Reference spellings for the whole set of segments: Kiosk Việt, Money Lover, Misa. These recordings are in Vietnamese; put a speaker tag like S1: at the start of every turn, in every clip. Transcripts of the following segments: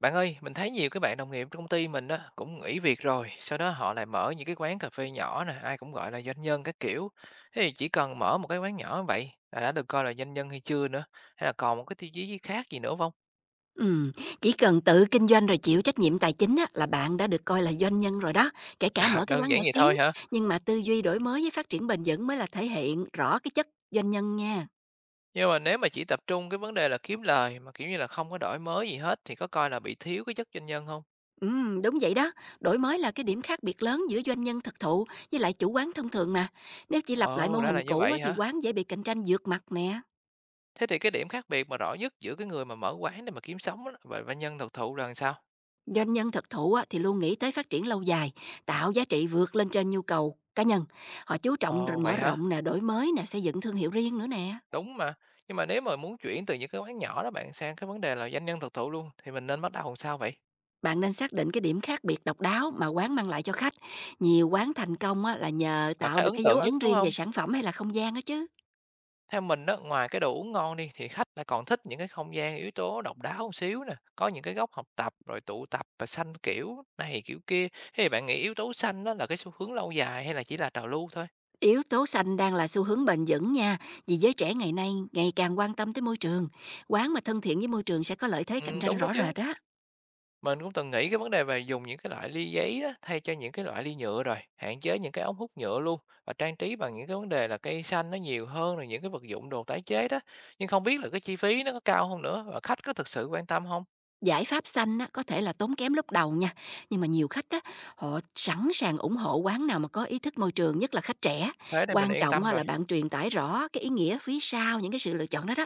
S1: Bạn ơi, mình thấy nhiều cái bạn đồng nghiệp trong công ty mình á cũng nghỉ việc rồi, sau đó họ lại mở những cái quán cà phê nhỏ nè, ai cũng gọi là doanh nhân các kiểu. Thế thì chỉ cần mở một cái quán nhỏ như vậy là đã được coi là doanh nhân hay chưa nữa, hay là còn một cái tiêu chí khác gì nữa không?
S2: Ừm, chỉ cần tự kinh doanh rồi chịu trách nhiệm tài chính á, là bạn đã được coi là doanh nhân rồi đó, kể cả mở
S1: Trời,
S2: cái
S1: đơn
S2: quán
S1: giản
S2: nhỏ
S1: vậy
S2: xíu,
S1: thôi hả?
S2: nhưng mà tư duy đổi mới với phát triển bền vững mới là thể hiện rõ cái chất doanh nhân nha.
S1: Nhưng mà nếu mà chỉ tập trung cái vấn đề là kiếm lời mà kiểu như là không có đổi mới gì hết thì có coi là bị thiếu cái chất doanh nhân không?
S2: Đúng vậy đó, đổi mới là cái điểm khác biệt lớn giữa doanh nhân thực thụ với lại chủ quán thông thường mà. Nếu chỉ lặp lại mô
S1: Ồ, ra
S2: hình
S1: là như
S2: cũ á,
S1: vậy
S2: thì
S1: hả?
S2: quán dễ bị cạnh tranh vượt mặt nè.
S1: Thế thì cái điểm khác biệt mà rõ nhất giữa cái người mà mở quán để mà kiếm sống á, và doanh nhân thực thụ là làm sao?
S2: Doanh nhân thực thụ á, thì luôn nghĩ tới phát triển lâu dài, tạo giá trị vượt lên trên nhu cầu cá nhân. Họ chú trọng
S1: Ồ,
S2: mở
S1: vậy hả?
S2: rộng nè, đổi mới nè, xây dựng thương hiệu riêng nữa nè.
S1: Đúng mà, nhưng mà nếu mà muốn chuyển từ những cái quán nhỏ đó bạn sang cái vấn đề là doanh nhân thực thụ luôn thì mình nên bắt đầu làm sao vậy?
S2: Bạn nên xác định cái điểm khác biệt độc đáo mà quán mang lại cho khách. Nhiều quán thành công á, là nhờ
S1: Là
S2: tạo
S1: cái
S2: được
S1: ấn
S2: cái dấu
S1: tượng nhất,
S2: ấn
S1: đúng
S2: riêng
S1: không?
S2: về sản phẩm hay là không gian á chứ.
S1: Theo mình đó, ngoài cái đồ uống ngon đi thì khách lại còn thích những cái không gian yếu tố độc đáo một xíu nè, có những cái góc học tập rồi tụ tập và xanh kiểu này kiểu kia. Thế thì bạn nghĩ yếu tố xanh đó là cái xu hướng lâu dài hay là chỉ là trào lưu thôi?
S2: Yếu tố xanh đang là xu hướng bền vững nha, vì giới trẻ ngày nay ngày càng quan tâm tới môi trường. Quán mà thân thiện với môi trường sẽ có lợi thế cạnh tranh
S1: Đúng đó
S2: rõ
S1: chứ.
S2: rệt đó.
S1: Mình cũng từng nghĩ cái vấn đề về dùng những cái loại ly giấy đó thay cho những cái loại ly nhựa rồi, hạn chế những cái ống hút nhựa luôn, và trang trí bằng những cái vấn đề là cây xanh nó nhiều hơn, rồi những cái vật dụng đồ tái chế đó. Nhưng không biết là cái chi phí nó có cao không nữa và khách có thực sự quan tâm không?
S2: Giải pháp xanh á, có thể là tốn kém lúc đầu nha, nhưng mà nhiều khách á, họ sẵn sàng ủng hộ quán nào mà có ý thức môi trường, nhất là khách trẻ.
S1: Thế này mình
S2: Quan
S1: yên
S2: trọng
S1: tâm
S2: á,
S1: rồi.
S2: là bạn truyền tải rõ cái ý nghĩa phía sau những cái sự lựa chọn đó đó.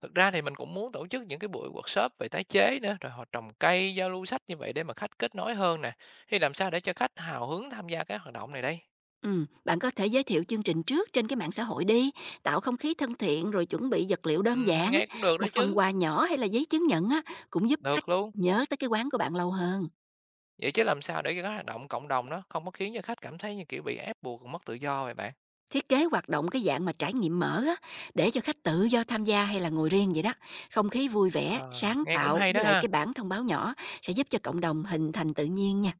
S1: Thực ra thì mình cũng muốn tổ chức những cái buổi workshop về tái chế nữa, rồi họ trồng cây, giao lưu sách như vậy để mà khách kết nối hơn nè. Thì làm sao để cho khách hào hứng tham gia cái hoạt động này đây?
S2: Bạn có thể giới thiệu chương trình trước trên cái mạng xã hội đi, tạo không khí thân thiện rồi chuẩn bị vật liệu đơn giản,
S1: Nghe cũng được đó
S2: một phần
S1: chứ.
S2: quà nhỏ hay là giấy chứng nhận á cũng giúp khách
S1: Được luôn.
S2: nhớ tới cái quán của bạn lâu hơn.
S1: Vậy chứ làm sao để cái hoạt động cộng đồng đó không có khiến cho khách cảm thấy như, kiểu, bị ép buộc, mất tự do vậy bạn?
S2: Thiết kế hoạt động cái dạng mà trải nghiệm mở á, để cho khách tự do tham gia hay là ngồi riêng vậy đó. Không khí vui vẻ,
S1: Ờ,
S2: sáng
S1: nghe cũng
S2: tạo
S1: hay
S2: với
S1: đó
S2: lại
S1: ha.
S2: cái bảng thông báo nhỏ sẽ giúp cho cộng đồng hình thành tự nhiên nha.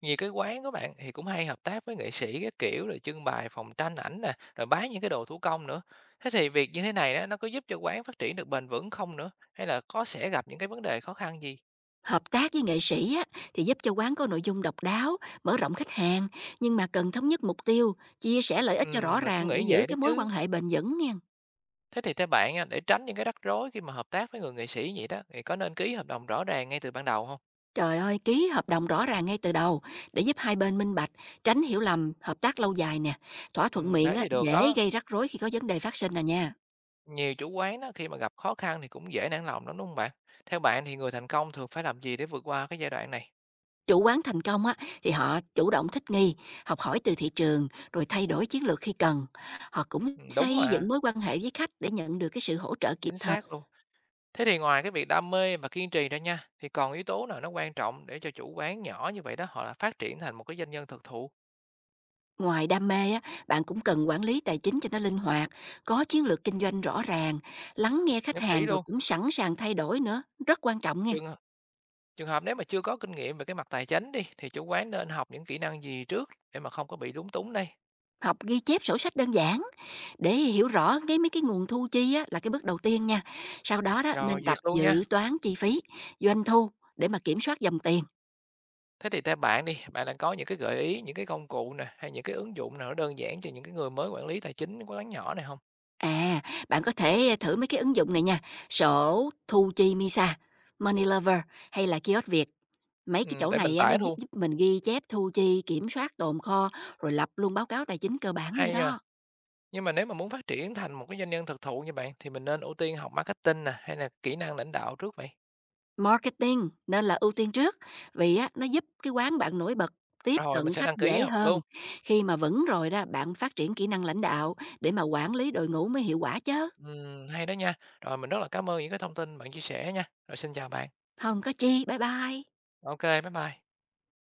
S1: Nhiều cái quán của bạn thì cũng hay hợp tác với nghệ sĩ các kiểu, rồi trưng bày phòng tranh ảnh nè, rồi bán những cái đồ thủ công nữa. Thế thì việc như thế này đó, nó có giúp cho quán phát triển được bền vững không nữa? Hay là có sẽ gặp những cái vấn đề khó khăn gì?
S2: Hợp tác với nghệ sĩ á, thì giúp cho quán có nội dung độc đáo, mở rộng khách hàng, nhưng mà cần thống nhất mục tiêu, chia sẻ lợi ích cho rõ
S1: Mình cũng
S2: ràng
S1: nghĩ
S2: để giữ
S1: vậy đó
S2: cái mối quan
S1: chứ.
S2: hệ bền vững nha.
S1: Thế thì theo bạn nha, để tránh những cái rắc rối khi mà hợp tác với người nghệ sĩ vậy đó, thì có nên ký hợp đồng rõ ràng ngay từ ban đầu không?
S2: Trời ơi, ký hợp đồng rõ ràng ngay từ đầu để giúp hai bên minh bạch, tránh hiểu lầm, hợp tác lâu dài nè. Thỏa thuận miệng
S1: Thế
S2: á,
S1: thì được
S2: dễ
S1: đó.
S2: gây rắc rối khi có vấn đề phát sinh nè nha.
S1: Nhiều chủ quán đó khi mà gặp khó khăn thì cũng dễ nản lòng lắm đúng không bạn? Theo bạn thì người thành công thường phải làm gì để vượt qua cái giai đoạn này?
S2: Chủ quán thành công á, thì họ chủ động thích nghi, học hỏi từ thị trường, rồi thay đổi chiến lược khi cần. Họ cũng
S1: Ừ, đúng
S2: xây
S1: mà,
S2: dựng mối quan hệ với khách để nhận được cái sự hỗ trợ kịp
S1: chính
S2: thời.
S1: xác luôn. Thế thì ngoài cái việc đam mê và kiên trì ra nha, thì còn yếu tố nào nó quan trọng để cho chủ quán nhỏ như vậy đó họ là phát triển thành một cái doanh nhân thực thụ?
S2: Ngoài đam mê á, bạn cũng cần quản lý tài chính cho nó linh hoạt, có chiến lược kinh doanh rõ ràng, lắng nghe khách
S1: Nhất
S2: hàng
S1: trí
S2: rồi
S1: luôn.
S2: cũng sẵn sàng thay đổi nữa, rất quan trọng nha.
S1: Trường, hợp- trường hợp nếu mà chưa có kinh nghiệm về cái mặt tài chính đi thì chủ quán nên học những kỹ năng gì trước để mà không có bị lúng túng đây.
S2: Học ghi chép sổ sách đơn giản để hiểu rõ cái mấy cái nguồn thu chi á, là cái bước đầu tiên nha. Sau đó đó
S1: Rồi
S2: nên tập
S1: duyệt luôn
S2: dự
S1: nha.
S2: toán chi phí, doanh thu để mà kiểm soát dòng tiền.
S1: Thế thì theo bạn đi, bạn đã có những cái gợi ý, những cái công cụ nè, hay những cái ứng dụng nào nó đơn giản cho những cái người mới quản lý tài chính của quán nhỏ này không?
S2: À, bạn có thể thử mấy cái ứng dụng này nha, sổ thu chi Misa, Money Lover hay là Kiosk Việt. Mấy cái chỗ
S1: Để mình
S2: này á, nó
S1: tải
S2: giúp,
S1: luôn.
S2: giúp mình ghi chép thu chi, kiểm soát tồn kho, rồi lập luôn báo cáo tài chính cơ bản nữa
S1: Hay à.
S2: đó.
S1: Nhưng mà nếu mà muốn phát triển thành một cái doanh nhân thực thụ như bạn thì mình nên ưu tiên học marketing nè, hay là kỹ năng lãnh đạo trước vậy?
S2: Marketing nên là ưu tiên trước, vì á, nó giúp cái quán bạn nổi bật, tiếp
S1: Rồi mình
S2: cận
S1: sẽ
S2: khách
S1: đăng ký
S2: dễ
S1: học
S2: hơn.
S1: luôn.
S2: Khi mà vững rồi đó, bạn phát triển kỹ năng lãnh đạo để mà quản lý đội ngũ mới hiệu quả chứ.
S1: Hay đó nha. Rồi mình rất là cảm ơn những cái thông tin bạn chia sẻ nha. Rồi xin chào bạn.
S2: Không có chi, bye bye.
S1: OK, bye bye.